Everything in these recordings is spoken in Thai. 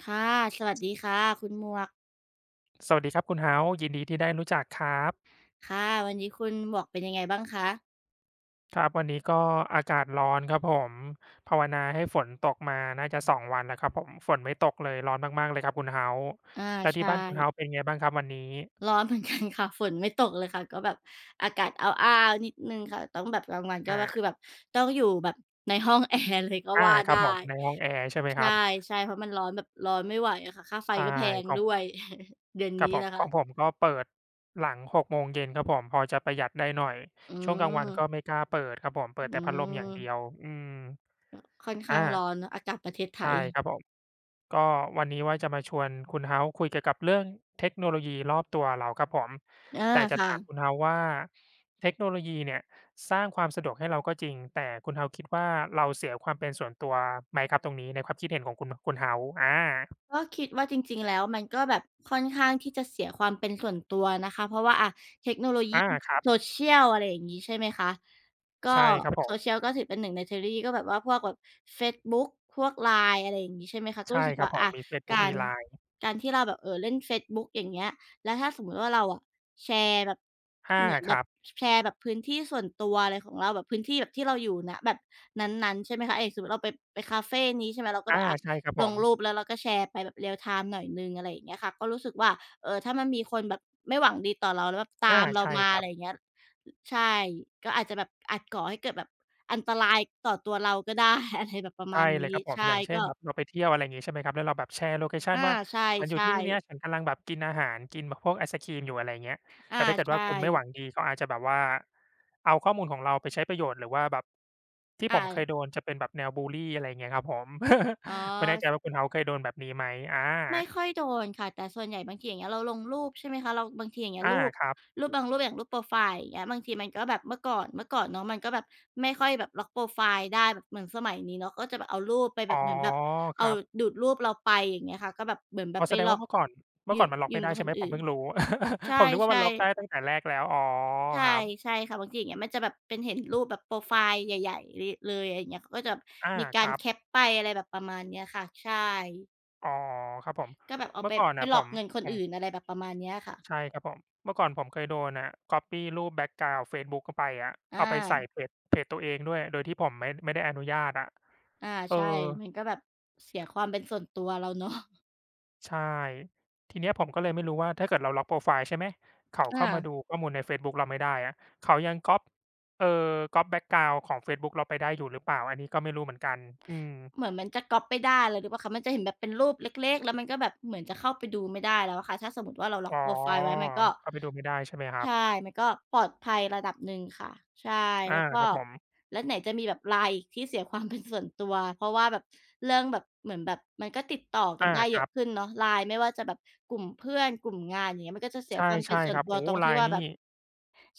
ค่ะสวัสดีค่ะ คุณหมวก สวัสดีครับคุณเฮาส์ยินดีที่ได้รู้จักครับค่ะวันนี้คุณหมวกเป็นยังไงบ้างคะครับวันนี้ก็อากาศร้อนครับผมภาวนาให้ฝนตกมาน่าจะสองวันแล้วครับผมฝนไม่ตกเลยร้อนมากๆเลยครับคุณเฮาส์อาแล้วที่ใช่บ้านคุณเฮาส์เป็นไงบ้างครับวันนี้ร้อนเหมือนกันค่ะฝนไม่ตกเลยค่ะก็แบบอากาศอ้าวๆนิดหนึ่งค่ะต้องแบบกลางวันก็คืออาแบบต้องอยู่แบบในห้องแอร์เลยก็อาว่าครับได้ผมในห้องแอร์ใช่ไหมใครับช่ๆเพราะมันร้อนแบบร้อนไม่ไหวอะค่ะค่าไฟใช่ก็แพงของด้วย เดือนครับนี้ผมนะขคะองผมก็เปิดหลัง6โมงเย็นครับผมพอจะประหยัดได้หน่อย อืช่วงกลางวันมก็ไม่กล้าเปิดครับผมเปิดอืแต่พัดลมอย่างมเดียวอืมค่อนข้างอาร้อนเนาะอากาศประเทศไทใช่ยครับผม ก็วันนี้ว่าจะมาชวนคุณ h ฮา s e คุยเกี่ยวกับเรื่องเทคโนโลยีรอบตัวเราครับผมอาแต่จะค่ะ ถามคุณ h ฮา s e ว่าเทคโนโลยีเนี่ยสร้างความสะดวกให้เราก็จริงแต่คุณเฮาส์คิดว่าเราเสียความเป็นส่วนตัวไหมครับตรงนี้ในความคิดเห็นของคุณคุณเ o า s e อาก็คิดว่าจริงๆ แล้วมันก็แบบค่อนข้างที่จะเสียความเป็นส่วนตัวนะคะเพราะว่าอะเทคโนโลยี อาครับ social อะไรอย่างงี้ใช่ไหมคะก็ ใช่ครับผม social ก็ถือเป็นหนึ่งในเทคโนโลยีก็แบบว่าพวกแบบเฟซบุ๊กพวก LINE อะไรอย่างงี้ใช่ไหมคะก็ใช่รู้สึกครับว่าผอะมมีเฟซกาบุ๊กมี ร LINE การที่เราแบบเล่นเฟซบุ๊กอย่างเงี้ยแล้วถ้าสมมุติว่าเราอะแชร์แบบอาเหมือนคแบบรับแชร์แบบพื้นที่ส่วนตัวอะไรของเราแบบพื้นที่แบบที่เราอยู่ณแบบนั้นๆใช่ไหมคะอย่างสมมุติเราไปคาเฟนี้ใช่ไหมเราก็แบอาบอะ ใช่ครับลผงมรูปแล้วเราก็แชร์ไปแบบ r e ย l ไทม์หน่อยหนึ่งอะไรอย่างเงี้ยค่ะก็รู้สึกว่าถ้ามันมีคนแบบไม่หวังดีต่อเราแล้วแบบตาอามเราใช่มาครัอะไรบ อย่างเงี้ยใช่ก็อาจจะแบบอาจก่อให้เกิดแบบอันตรายต่อตัวเราก็ได้ อะไรแบบประใช่มาณเลยนี้ครับผมใช่อย่างเช่ก็นแบบเราไปเที่ยวอะไรอย่างงี้ใช่ไหมครับแล้วเราแบบแชร์โลเคชันอาว่าใฉันอยู่ช่ที่เนี้ยฉัๆนกำลังแบบกินอาหารกินแบบพวกไอศกรีมอยู่อะไรอย่างเงี้ยแต่อาถ้าเกิดว่าคใช่นไม่หวังดีเขาอาจจะแบบว่าเอาข้อมูลของเราไปใช้ประโยชน์หรือว่าแบบที่ผมเคยอาโดนจะเป็นแบบแนวบุลลีอะไรอย่างเงี้ยครับผม อ๋อ ไม่แน่ใจว่าคุณ House เคยโดนแบบนี้ไหมอาไม่ค่อยโดนค่ะแต่ส่วนใหญ่บางทีอย่างเงี้ยเราลงรูปใช่ไหมคะเราบางทีอย่างเงี้ยอารูปครับรูปบางรูปอย่างรูปโพรไฟล์อย่างเงี้ยบางทีมันก็แบบเมื่อก่อนเนาะมันก็แบบไม่ค่อยแบบล็อกโพรไฟล์ได้แบบเหมือนสมัยนี้เนาะก็จะแบบเอารูปไปแบอ๋อบเหมือนแบบคเอารับดูดรูปเราไปอย่างเงี้ยค่ะก็แบบเหมือนแบอ๋บอไปแสดหงลอว่ากเมื่อก่อนเมื่อยืก่อมนมันล็อกยืไม่มได้กับคใช่ไหนมผอื่มนเพิ่งรู้ ใช ผมนึกว่ามั่นล็อกได้ตั้งๆแต่แรกแล้วอ๋อใช่ครับใช่ค่ะบางทีอย่างเงี้ยมันจะแบบเป็นเห็นรูปแบบโพรไฟล์ใหญ่ๆเลยอะไรอย่างเงี้ยเขาก็จะอามีกาครรับ แคปไปอะไรแบบประมาณเนี้ยค่ะใช่ อ๋อครับผมก็แบบเอาเมื่ไปอก่อนไปน่ะหลผอกมเงินคนผมอื่นอะไรแบบประมาณเนี้ยค่ะใช่ครับผมเมื่อก่อนผมเคยโดนน่ะก๊อบี้รูปแบ็กกราวนด์เฟซบุ๊กเข้าไปอะอเอาไปใส่าเพจตัวเองด้วยโดยที่ผมไม่ได้อนุญาตอะอาเอใช่ อมันก็แบบเสียความเป็นส่วนตัวเราเนาะ ใช่ทีเนี้ยผมก็เลยไม่รู้ว่าถ้าเกิดเราล็อกโพรไฟล์ใช่ไหมเขา เข้ามาดูอา ข้อมูลในเฟซบุ๊กเราไม่ได้อะเขายังก๊อบเอ่อก๊อบแบ็กกราวนด์ของเฟซบุ๊กเราไปได้อยู่หรือเปล่าอันนี้ก็ไม่รู้เหมือนกันอืมเหมือนมันจะก๊อบไม่ได้เลยหรือเปล่าคะมันจะเห็นแบบเป็นรูปเล็กๆแล้วมันก็แบบเหมือนจะเข้าไปดูไม่ได้แล้วอะค่ะถ้าสมมุติว่าเราล็อกอ๋อโพรไฟล์ไว้มันก็เข้าไปดูไม่ได้ใช่ไหมครับใช่มันก็ปลอดภัยระดับหนึ่งค่ะใช่อาแล้วก็ครับผมแล้วไหนจะมีแบบ LINE อีกที่เสียความเป็นส่วนตัวเพราะว่าแบบเรื่องแบบเหมือนแบบมันก็ติดต่อกันอาได้คเยรัอะบขึ้นเนาะ LINE ไม่ว่าจะแบบกลุ่มเพื่อนกลุ่มงานอย่างเงี้ยมันก็จะเสียคใช่วามเป็นใช่ส่ควนรับตัวโอ้ตโฮ รงที่ LINE ว่าแบนี่ บ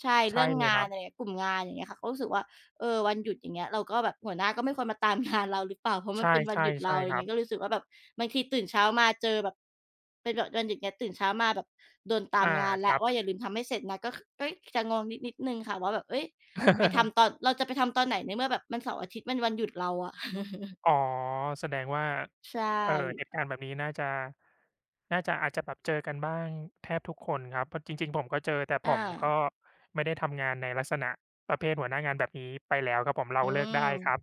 ใช่เรื่ใช่องเลยงาคนรับอะไรอย่างเงี้ยกลุ่มงานอย่างเงี้ยค่ะก็รู้สึกว่า เออวันหยุดอย่างเงี้ยเราก็แบบหัวหน้าก็ไม่ควรมาตามงานเราหรือเปล่าเพราะมันใช่เป็นวันใช่หยุดใช่เราอคย่างรัเงี้บยก็รู้สึกว่าแบบบางทีตื่นเช้ามาเจอแบบเป็นแบบวันหยุดเงี้ยตื่นเช้ามาแบบโดนตามอางานคแล้วรับ ว่าอย่าลืมทำให้เสร็จนะก็คเฮ้ยจะงงนิดหนึ่งค่ะว่าแบบเฮ้ยไป ทำตอนเราจะไปทำตอนไหนในเมื่อแบบมันเสาร์อาทิตย์มันวันหยุดเราอะอ๋อแสดงว่าใชเอ่อเห่ตุการณ์แบบนี้น่าจะอาจจะแบบเจอกันบ้างแทบทุกคนครับเพราะจริงๆผมก็เจอแต่ผอามก็ไม่ได้ทำงานในลักษณะประเภทหัวหน้างานแบบนี้ไปแล้วครับผมเราอืเลิกมได้ครับ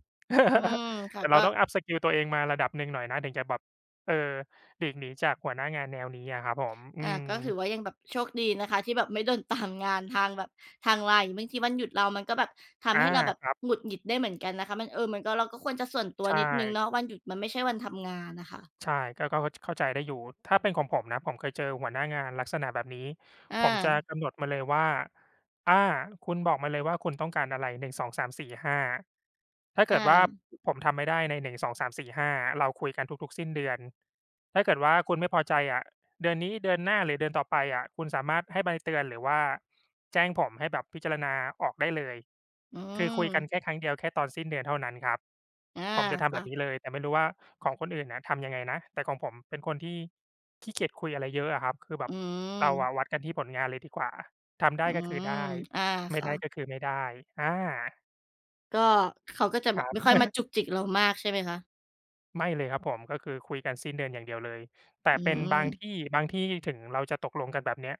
อืม ค่ะแต่เราก็ ต้อง up สกิลตัวเองมาระดับหนึ่งหน่อยนะถึงจะแบบเออหลีกหนีจากหัวหน้างานแนวนี้อะครับผมอือามก็ถือว่ายังแบบโชคดีนะคะที่แบบไม่โดนตามงานทางแบบทางไลน์บางทีวันหยุดเรามันก็แบบทำอาให้เราแบบครับหงุดหงิดได้เหมือนกันนะคะมันมันก็เราก็ควรจะส่วนตัวนิใช่ ดหนึ่งเนาะวันหยุดมันไม่ใช่วันทำงานนะคะใช่ก็ก็เข้าใจได้อยู่ถ้าเป็นของผมนะผมเคยเจอหัวหน้างานลักษณะแบบนี้ผอามจะกำหนดมาเลยว่าอาคุณบอกมาเลยว่าคุณต้องการอะไรหนึ่งสองสามสี่ห้าถ้าเกิดอาว่าผมทำไม่ได้ในหนึ่งสองสามสี่ห้าเราคุยกันทุกๆสิ้นเดือนถ้าเกิดว่าคุณไม่พอใจอะเดือนนี้เดือนหน้าหรือเดือนต่อไปอะคุณสามารถให้ใบเตือนหรือว่าแจ้งผมให้แบบพิจารณาออกได้เลย อืคือคุยกันแค่มครั้งเดียวแค่ตอนสิ้นเดือนเท่านั้นครับอาผมจะทำแบค่ะบนี้เลยแต่ไม่รู้ว่าของคนอื่นน่ะทำยังไงนะแต่ของผมเป็นคนที่ขี้เกียจคุยอะไรเยอะอะครับคือแบบอืเราอะวัมดกันที่ผลงานเลยดีกว่าทำได้อืก็คือมได้อาไม่ได้ก็ค่ะคือไม่ได้อาก็เขาก็จะคแบบรัไม่บ ค่อยมาจุกจิกเรามากใช่ไหมคะไม่เลยครับผมก็คือคุยกันสิ้นเดือนอย่างเดียวเลยแต่อืเป็นมบางที่บางที่ถึงเราจะตกลงกันแบบเนี้ย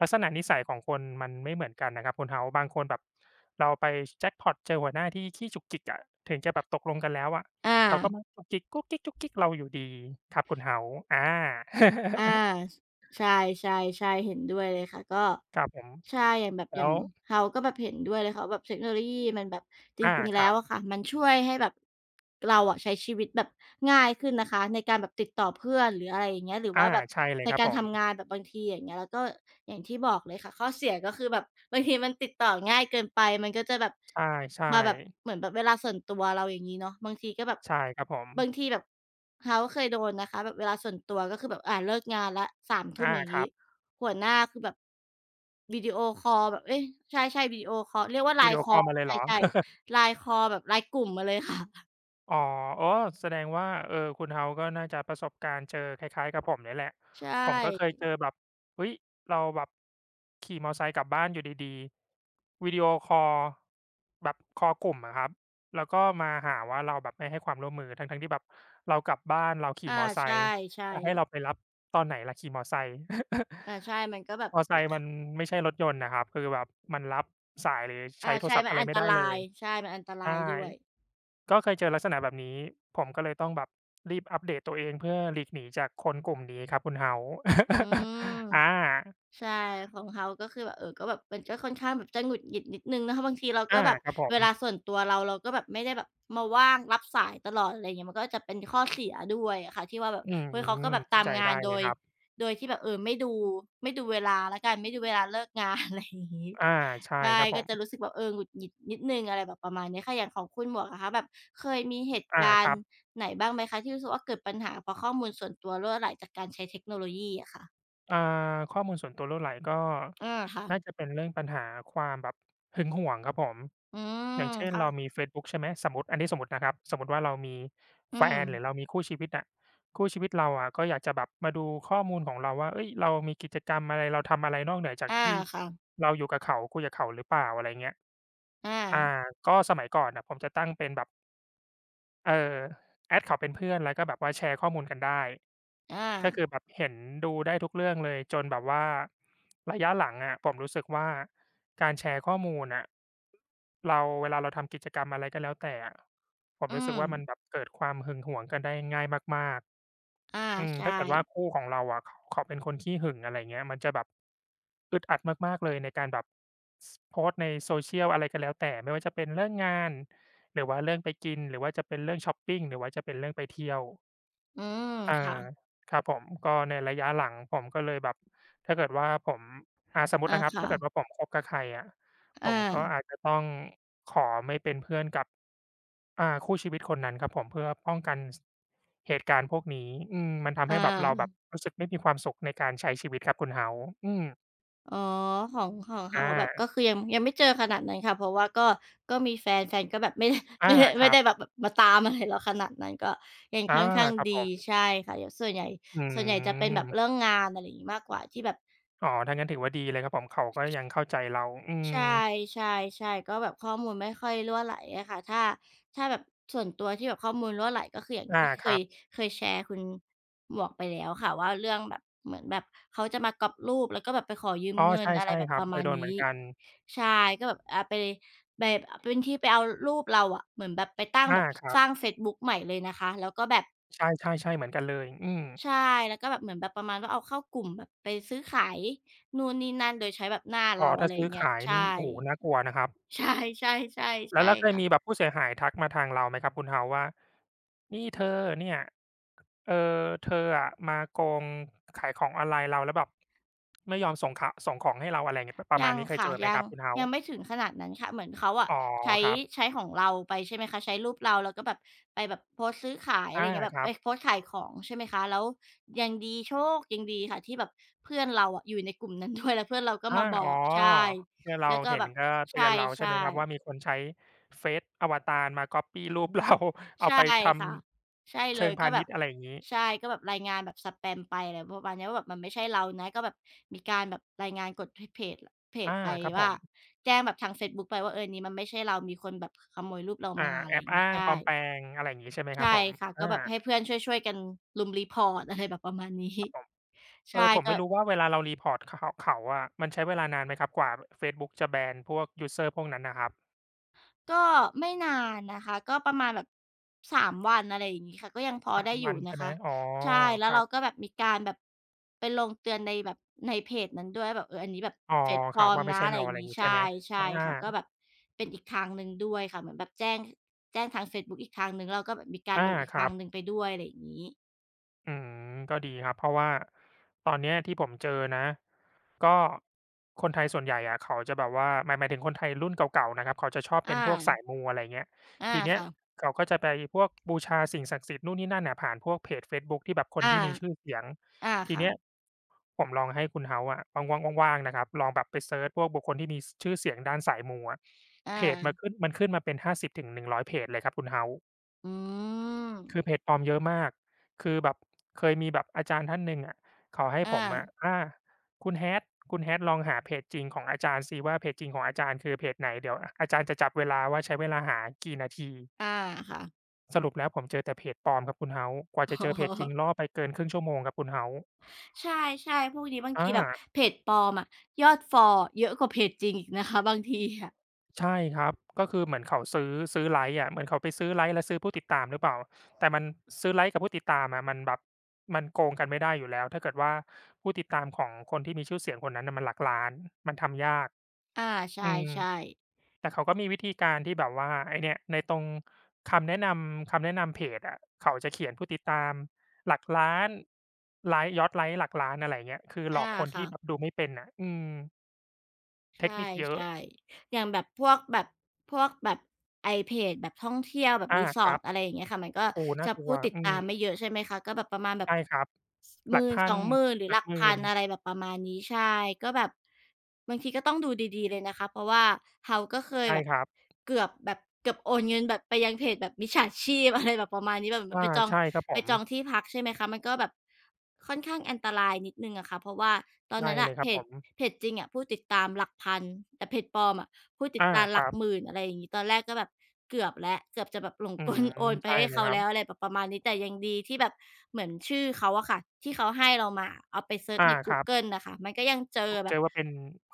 ลักษณะนิสัยของคนมันไม่เหมือนกันนะครับคุณ House บางคนแบบเราไปแจ็กพอตเจอหัวหน้าที่ขี้จุกจิกอะถึงจะแบบตกลงกันแล้วอะอเขาก็า มาจุกจิกกุ๊กกิ๊กจุกกิ๊กเราอยู่ดีครับคุณ House อา อาสใช่ๆๆเห็นด้วยเลยค่ะก็ ครับผมใช่อย่างแบบอแล้ย่าง ว House ก็แบบเห็นด้วยเลยค่ะว่าแบบเทคโนโลยีมันแบบจอาริงๆคแล้รัวบอะค่ะมันช่วยให้แบบเราอะใช้ชีวิตแบบง่ายขึ้นนะคะในการแบบติดต่อเพื่อนหรืออะไรอย่างเงี้ยหรือว่าอาแบบใช่เลยในครับการผมทำงานแบบบางทีอย่างเงี้ยแล้วก็อย่างที่บอกเลยค่ะข้อเสียก็คือแบบบางทีมันติดต่อง่ายเกินไปมันก็จะแบบใช่มาแบบๆเหมือนแบบเวลาส่วนตัวเราอย่างงี้เนาะบางทีก็แบบ ใช่ครับผมบางทีแบบเขาเคยโดนนะคะแบบเวลาส่วนตัวก็คือแบบเลิกงานแล้วทุ่มอาอย่างคนี้รับหัวหน้าคือแบบวิดีโอคอลแบบเอ๊ยใช่ใช่วิดีโอคอลเรียกว่าไลวิน์ดีโอคคออลลมาเลใยเหรอ ช่ๆ l i n คอลแบบไล n กลุ่มมาเลยค่ะ อ๋ออ๋อแสดงว่าคุณเฮาส์ก็น่าจะประสบการณ์เจอคล้ายๆกับผมเนี่ยแหละใชผมก็เคย่เจอแบบเฮ้ยเราแบบขี่มอไซค์กลับบ้านอยู่ดีๆวิดีโอคอลแบบคอลกลุ่มอะครับแล้วก็มาหาว่าเราแบบไม่ให้ความร่วมมือทั้งๆที่แบบเรากลับบ้านเราขี่อามอไซใช่ค์ใช่จะให้เราไปรับตอนไหนล่ะขี่มอไซค์ อาใช่มันก็แบบ มอไซค์มันไม่ใช่รถยนต์น่ะครับคือแบบมันรับสายหรืออาใช้โทรใช่ศัพท์มันอะไรอันไม่ตได้เลรายยใช่มันอันตราใช่ ยด้วยก็เคยเจอลักษณะแบบนี้ ผมก็เลยต้องแบบรีบอัปเดตตัวเองเพื่อหลีกหนีจากคนกลุ่มนี้ครับคุณ House อืม อาใช่ของเขาก็คือแบบเออก็แบบมันก็ค่อนข้างแบบจะหงุดหงิดนิดหนึ่งนะคะบางทีเราก็อาแบบครับผเวม ลาส่วนตัวเราเราก็แบบไม่ได้แบบมาว่างรับสายตลอดอะไรอย่างเงี้ยมันก็จะเป็นข้อเสียด้วยอะค่ะที่ว่าแบบอืมเฮ้ยเขาก็แบบตาเข้ามใจงาได้นโดเลยยครับโดยที่แบบเออไม่ดูไม่ดูเวลาแล้วกันไม่ดูเวลาเลิกงาน อะไรอย่างงี้อาใช่ใช่ครับผก็มจะรู้สึกแบบเออหงุดหงิดนิดหนึ่งอะไรแบบประมาณนี้ค่ะอย่างของคุณหมวกอะคะแบบเคยมีเหตุอากาครรัณ์บ ไหนบ้างไหมคะที่รู้สึกว่าเกิดปัญหาเพราะข้อมูลส่วนตัวรั่วไหลจากการใช้เทคโนโลยีอะค่ะอ่าข้อมูลส่วนตัวรั่วไหลก็อาน่าค่ะ จะเป็นเรื่องปัญหาความแบบหึงหวงครับผมอือย่ามงเช่นค่ะเรามีเฟซบุ๊กใช่ไหมสมมุติอันนี้สมมุตินะครับสมมุติว่าเรามีอืแฟมนหรือเรามีคู่ชีวิตอะคู่ชีวิตเราอะก็อยากจะแบบมาดูข้อมูลของเราว่าเฮ้ยเรามีกิจกรรมอะไรเราทำอะไรนอกเหนือจากอาที่ค่ะเราอยู่กับเขาคุยกับเขาหรือเปล่าอะไรเงี้ยอ่าอาก็สมัยก่อนน่ะผมจะตั้งเป็นแบบเอ่อแอดเขาเป็นเพื่อนแล้วก็แบบว่าแชร์ข้อมูลกันได้ อาก็คือแบบเห็นดูได้ทุกเรื่องเลยจนแบบว่าระยะหลังอะผมรู้สึกว่าการแชร์ข้อมูลน่ะเราเวลาเราทำกิจกรรมอะไรก็แล้วแต่อะผมอืรู้สึกมว่ามันแบบเกิดความหึงหวงกันได้ง่ายมากอาๆอืมใช่ถ้าเกิดว่าคู่ของเราอะเขาเป็นคนขี้หึงอะไรเงี้ยมันจะแบบอึดอัดมากๆเลยในการแบบโพสต์ใน social อะไรก็แล้วแต่ไม่ว่าจะเป็นเรื่องงานหรือว่าเรื่องไปกินหรือว่าจะเป็นเรื่องช็อปปิงหรือว่าจะเป็นเรื่องไปเที่ยว อืมอาค่ะครับผมก็ในระยะหลังผมก็เลยแบบถ้าเกิดว่าผมสมมุติอานะครับค่ะถ้าเกิดว่าผมคบกับใครอะผอามก็อาจจะต้องขอไม่เป็นเพื่อนกับคู่ชีวิตคนนั้นครับผมเพื่อป้องกันเหตุการณ์พวกนี้อืมมันทำให้อาแบบเราแบบรู้สึกไม่มีความสุขในการใช้ชีวิตครับคุณ House อืมอ๋อของของเขาแบบอาก็คือยังยังไม่เจอขนาดนั้นค่ะเพราะว่าก็ก็มีแฟนแฟนก็แบบไม่ได้ อา ไม่ได้คไม่รับได้แบบแบบมาตามอะไรเราขนาดนั้นก็ยังอาค่อนข้างครับดีผมใช่ค่ะเดี๋ยวส่วนใหญ่อืส่วนใหญ่จะเป็นแบบเรื่อมงงานอะไรอย่างงี้มากกว่าที่แบบ อ๋อถ้างั้นถือว่าดีเลยครับผมเขาก็ยังเข้าใจเราอืใช่มใช่ใช่ก็แบบข้อมูลไม่ค่อยรั่วไหลอะค่ะถ้าถ้าแบบส่วนตัวที่แบบข้อมูลรั่วไหลก็คืออย่างอาที่เคครัยบเคยแชร์คุณหมวกไปแล้วค่ะว่าเรื่องแบบเหมือนแบบเขาจะมาก๊อปรูปแล้วก็แบบไปขอยืมอ๋อเงิในอะไรช่แบบๆคปรับระเคมายณโดนเหมืนี้อนกันใช่ก็แบบไปไปเป็นที่ไปเอารูปเราอะเหมือนแบบไปตั้งอาแบบครัสร้างบ เฟซบุ๊กใหม่เลยนะคะแล้วก็แบบใช่ๆๆเหมือนกันเลยอืมใช่แล้วก็แบบเหมือนแบบประมาณว่าเอาเข้ากลุ่มแบบไปซื้อขายนู่นนี่นั่นโดยใช้แบบหน้าอ๋เราออะถ้าไรอซื้ย่าองเงี้ยขายใช่ นี่โอ้โฮน่ากลัวนะครับใช่ๆ่ใช่แล้วใช่แล้วเคยค่ะมีแบบผู้เสียหายทักมาทางเราไหมครับคุณเฮาส์ว่า นี่เธอเนี่ยเอ่อเธออะมาโกงขายของออนไลน์เราแล้วแบบไม่ยอมส่งส่งของให้เราอะไรอย่างเงี้ยประมายัณงนี้เคยค่ะเจอไหมยัคงรับคุณเฮายัส์งไม่ถึงขนาดนั้นค่ะเหมือนเขาอะอ๋อใช้ครับใช้ของเราไปใช่ไหมคะใช้รูปเราแล้วก็แบบไปแบบโพสต์ซื้อขายอะไรออาย่างเงี้ยแบคบรัไปบโพสต์ขายของใช่ไหมคะแล้วยังดีโชคยังดีค่ะที่แบบเพื่อนเราอะอยู่ในกลุ่มนั้น ด้วยแล้วเพื่อนเราก็อามาบอ๋ออกใช่เพื่อนเราแล้วก็เห็แบนบก็ใเตือนเราใช่ช่ไหมครับว่ามีๆ คนใช้เฟซอวตารมาก๊อบปี้รูปเรา เอาใช่ไปทค่ะใช่ำเลเชิยงก็พาแบณิชบย์อะไรอย่างงี้ใช่ก็แบบรายงานแบบสแปมไปอะไรประมาณเนี้ยว่าแบบมันไม่ใช่เรานะก็แบบมีการแบบรายงานกดพเพจเพจอาไปครับผว่าม แจ้งแบบทางเฟซบุ๊กไปว่าเออนี้มันไม่ใช่เรามีคนแบบขโมยรูปเราอามาอะไรแออบย่างงี้อ้างใช่ปลอมแปลงอะไรอย่างงี้ใช่ไหมครัใช่บผมค่ะก็อาแบบให้เพื่อนช่วยๆกันรุม report อะไรแบบประมาณนี้ ใช่ผมก็ ไม่รู้ว่าเวลาเรารีพอร์ตเขาอะมันใช้เวลานานไหมครับกว่าเฟซบุ๊กจะแบนพวกยูสเซอร์พวกนั้นน่ะครับก็ไม่นานนะคะก็ประมาณแบบ3วันอะไรอย่างนี้ค่ะก็ยังพอสามได้อวัยู่นใช่นะไหมคะอ๋อใช่แล้ควรัเราบก็แบบมีการแบบไปลงเตือนในแบบในเพจนั้นด้วยแบบเอออันนี้แบบอ๋อเฟซปคลรัอบมว่าไม่นะใช่อะไรเราออะย่างไรนี้งี้ใช่ใช่ไหมอาใช่ค่ะก็แบบเป็นอีกทางหนึ่งด้วยค่ะเหมือนแบบแจ้งแจ้งทางเฟซบุ๊กอีกทางหนึ่งแล้วก็แบบมีการอาลงอีกคทารังบ หนึ่งไปด้วยอะไรอย่างนี้อืมก็ดีครับเพราะว่าตอนเนี้ยที่ผมเจอนะก็คนไทยส่วนใหญ่อะเขาจะแบบว่าหมายถึงคนไทยรุ่นเก่าๆนะครับเขาจะชอบอเป็นพวกสาายมูอะไรเงี้ยอาทีเนี้ยค่ะเขาก็จะไปพวกบูชาสิ่งศักดิ์สิทธิ์นู่นนี่นั่นน่ะผ่านพวกเพจเฟซบุ๊กที่แบบคนอาที่มีชื่อเสียงอาทีค่ะเนี้ยผมลองให้คุณ House อะว่างๆว่างๆนะครับลองแบบไปเซิร์ชพวกบุคคลที่มีชื่อเสียงด้านสายมูอะเพจมาอาขึ้นมันขึ้นมาเป็น50-100 เพจเลยครับคุณ House อืมคือเพจปลอมเยอะมาก คือแบบเคยมีแบบอาจารย์ท่านหนึ่งอะเขาให้ผมอะอาอาคุณ Hat คุณ Hat ลองหาเพจจริงของอาจารย์สิว่าเพจจริงของอาจารย์คือเพจไหนเดี๋ยวอาจารย์จะจับเวลาว่าใช้เวลาหากี่นาทีอาค่ะ สรุปแล้วผมเจอแต่เพจปลอมครับคุณ House กว่าจะเจอเพจจริง ล่อไปเกินครึ่งชั่วโมงครับคุณ House ใช่ๆพวกนี้บางทีอา แบบเพจปลอมอะยอดฟอลเยอะกว่าเพจจริงอีกนะคะบางทีอะใช่ครับก็คือเหมือนเขาซื้อซื้อไลก์อะเหมือนเขาไปซื้อไลก์และซื้อผู้ติดตามหรือเปล่าแต่มันซื้อไลก์กับผู้ติดตามอะมันแบบมันโกงกันไม่ได้อยู่แล้วถ้าเกิดว่าผู้ติดตามของคนที่มีชื่อเสียงคนนั้นน่ะมันหลักล้านมันทำยากอาใอืมช่ๆแต่เขาก็มีวิธีการที่แบบว่าไอ้เนี่ยในตรงคำแนะนำคำแนะนำเพจอะเขาจะเขียนผู้ติดตามหลักล้านไลก์ยอดไลก์หลักล้านอะไรอย่างเงี้ยคือหลอาอกคนที่ค่ะแบบดูไม่เป็นน่ะอืมใชเทคนิคเยอะ่ๆอย่างแบบพวกแบบพวกแบบไอ้เพจแบบท่องเที่ยวแบบ อาครั Resort บอะไรอย่างเงี้ยค่ะมันก็โอ้น่าจะกลัวผู้ติดอืตาม มไม่เยอะใช่ไหมคะก็แบบประมาณแบบใช่ครับสหหลักมื่นพัสนองหมื่นหรือหหลักลักหมื่พันนอะไรแบบประมาณนี้ใช่ก็แบบบางทีก็ต้องดูดีๆเลยนะคะเพราะว่าเราก็เคยใช่แบบ ครับเกือบแบบเกือบโอนเงินแบบไปยังเพจแบบมิจฉาชีพ อะไรแบบประมาณนี้แบบเหมือนอาไปจองใช่ครับผไปมจองที่พักใช่ไหมคะมันก็แบบค่อนข้างอันตรายนิดหนึ่งอะค่ะเพราะว่าตอนใช่นั้นเลน่ะยคเพรับผจมเพจจริงอะผู้ติดตามหลักพันแต่เพจปลอมอะผู้ติดอาตามหคลักรับหมื่นอะไรอย่างงี้ตอนแรกก็แบบเกือบแล้วเกือบจะแบบหลงอืกมลโอนไปใช่ให้เลยเขาครับแล้วอะไรแบบประมาณนี้แต่ยังดีที่แบบเหมือนชื่อเขาอะค่ะที่เขาให้เรามาเอาไปเซิร์ชอาในคกูรับเกิลน่ะค่ะมันก็ยังเจผอมแบเจบอว่าเป็น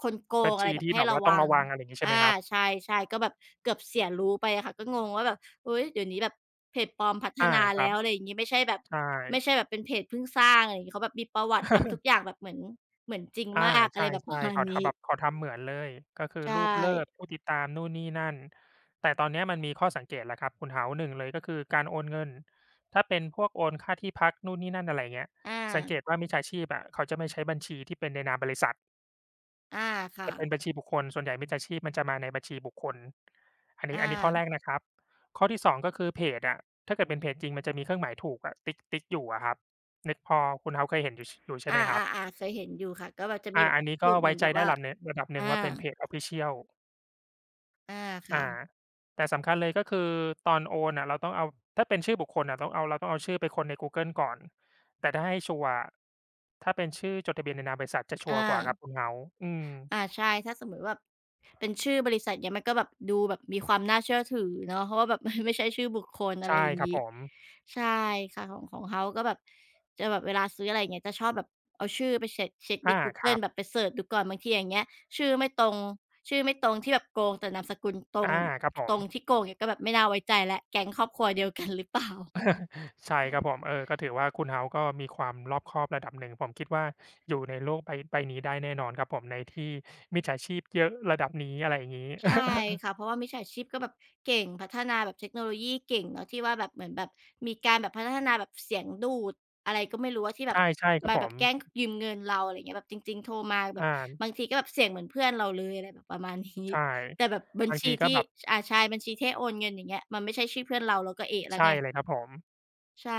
คนโกบังญอะไรชีแบบที่ให้แบบระว่าต้องวัง ระวังอะไรอย่างงี้ใช่ไหมอาครับใช่ๆก็แบบเกือบเสียรู้ไปอะค่ะก็งงว่าแบบเฮ้ยเดี๋ยวนี้แบบเพจปลอมพัฒอานาครัแล้บวอะไรอย่างงี้ไม่ใช่แบบใช่ เป็นเพจเพิ่งสร้างอะไรอย่างงี้เขาแบบมีประวัติทำทุกอย่างแบบเหมือนจริงอามากใชอะไรแบบประ่มาๆณเขานี้ทำแบบเขาทำเหมือนเลยก็คือใช่รูปเลิกษ์ผู้ติดตามนู่นนี่นั่นแต่ตอนเนี้ยมันมีข้อสังเกตแล้วครับคุณเฮาส์หนึ่งเลยก็คือการโอนเงินถ้าเป็นพวกโอนค่าที่พักนู่นนี่นั่นอะไรอย่างเงี้ยสังอาเกตว่ามิจฉาชีพอะเขาจะไม่ใช้บัญชีที่เป็นในนามบริษัทอาค่ะจะเป็นบัญชีบุคคลส่วนใหญ่มิจฉาชีพมันจะมาในบัญชีบุคคลอันอนี้อันนี้ข้อแรากนะครับข้อที่สองก็คือเพจอะถ้าเกิดเป็นเพจจริงมันจะมีเครื่องหมายถูกอะติ๊กติ๊กอยู่อะครับนึกพอคุณเฮาส์เคยเห็นอยู่ชอยู่ใช่อไหมครับ าๆๆเคยเห็นอยู่ค่ะก็แบบจะมีอาแบบอันนี้ก็ถูกเหมืไว้อนใจแบบได้ว่าระดับหนึ่งระดับหนึ่อางว่าเป็นเพจ Official อาค่ะอาแต่สำคัญเลยก็คือตอนโอนน่ะเราต้องเอาถ้าเป็นชื่อบุคคลน่ะต้องเอาเราต้องเอาชื่อไปค้นในกูเกิลก่อนแต่ถ้าให้ชัวร์อะถ้าเป็นชื่อจดทะเบียนในนามบริษัทจะชัวร์อา กว่าครับคุณ House อืมอาใช่ถ้าสมมติแบบเป็นชื่อบริษัทเนี่ยมันก็แบบดูแบบมีความน่าเชื่อถือเนาะเพราะว่าแบบั ไม่ใช่ชื่อบุคคลอะไรใช่อย่างครับนี้ผมใช่ค่ะของของเขาก็แบบจะแบบเวลาซื้ออะไรอย่างเงี้ยจะชอบแบบเอาชื่อไปเช็คเช็กในอากคเกิรัลบแบบไปเสิร์ชดูก่อนบางทีอย่างเงี้ยชื่อไม่ตรงที่แบบโกงแต่นามสกุลตรงอาครับผตม รงที่โกงเงี่ยก็แบบไม่น่าไว้ใจและแก๊งครอบครัวเดียวกัน หรือเปล่า ใช่ครับผมเออก็ถือว่าคุณ House ก็มีความรอบคอบระดับหนึ่งผมคิดว่าอยู่ในโลกใบใบนี้ได้แน่นอนครับผมในที่มิจฉาชีพเยอะระดับนี้อะไรอย่างงี้ ใช่ค่ะเพ ราะว่ามิจฉาชีพก็แบบเก่งพัฒนาแบบเทคโนโลยีเก่งเนาะที่ว่าแบบเหมือนแบบมีการแบบพัฒนาแบบเสียงดูดอะไรก็ไม่รู้ว่าที่แบบใช่ใช่ครับมาผแบบม แกล้งยืมเงินเราอะไร่เงี้ยแบบจริงๆโทรมาแบบอาบางทีก็แบบเสียงเหมือนเพื่อนเราเลยอะไรแบบประมาณนี้ใช่แต่แบบบัญบางชีทีก็ที่แบบอาใชายบัญชีที่โอนเงินอย่างเงี้ยมันไม่ใช่ชื่อเพื่อนเราเราก็เอะแล้วใช่ไงเลยครับผมใช่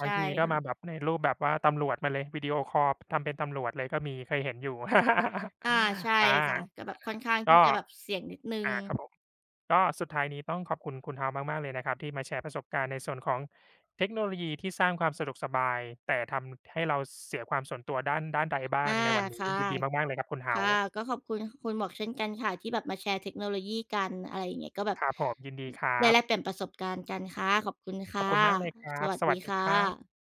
บางใช่ทีก็ค่ะมาแบบในรูปแบบว่าตำรวจมาเลยวิดีโอคอลทำเป็นตำรวจเลยก็มีเคยเห็นอยู่ อาใช่ อาค่ะก็แบบค่อนข้างที่ก็จะแบบเสี่ยงนิดนึง อาครับผมก็สุดท้ายนี้ต้องขอบคุณคุณ House มากๆเลยนะครับที่มาแชร์ประสบการณ์ในส่วนของเทคโนโลยีที่สร้างความสะดวกสบายแต่ทำให้เราเสียความส่วนตัวด้านด้านใดบ้างอาในวันนี้ค่ยินดีะมากๆเลยครับคุณ ค่ะ House ก็ขอบคุณคุณหมวกเช่นกันค่ะที่แบบมาแชร์เทคโนโลยีกันอะไรอย่างเงี้ยก็แบบครับผมยินดีครัได้แลกเปบลี่ยนประสบการณ์กันค่ะขอบคุณขอบค่ะคุณมากเลยครัสบวัสสวัดีสดีค่ครับะ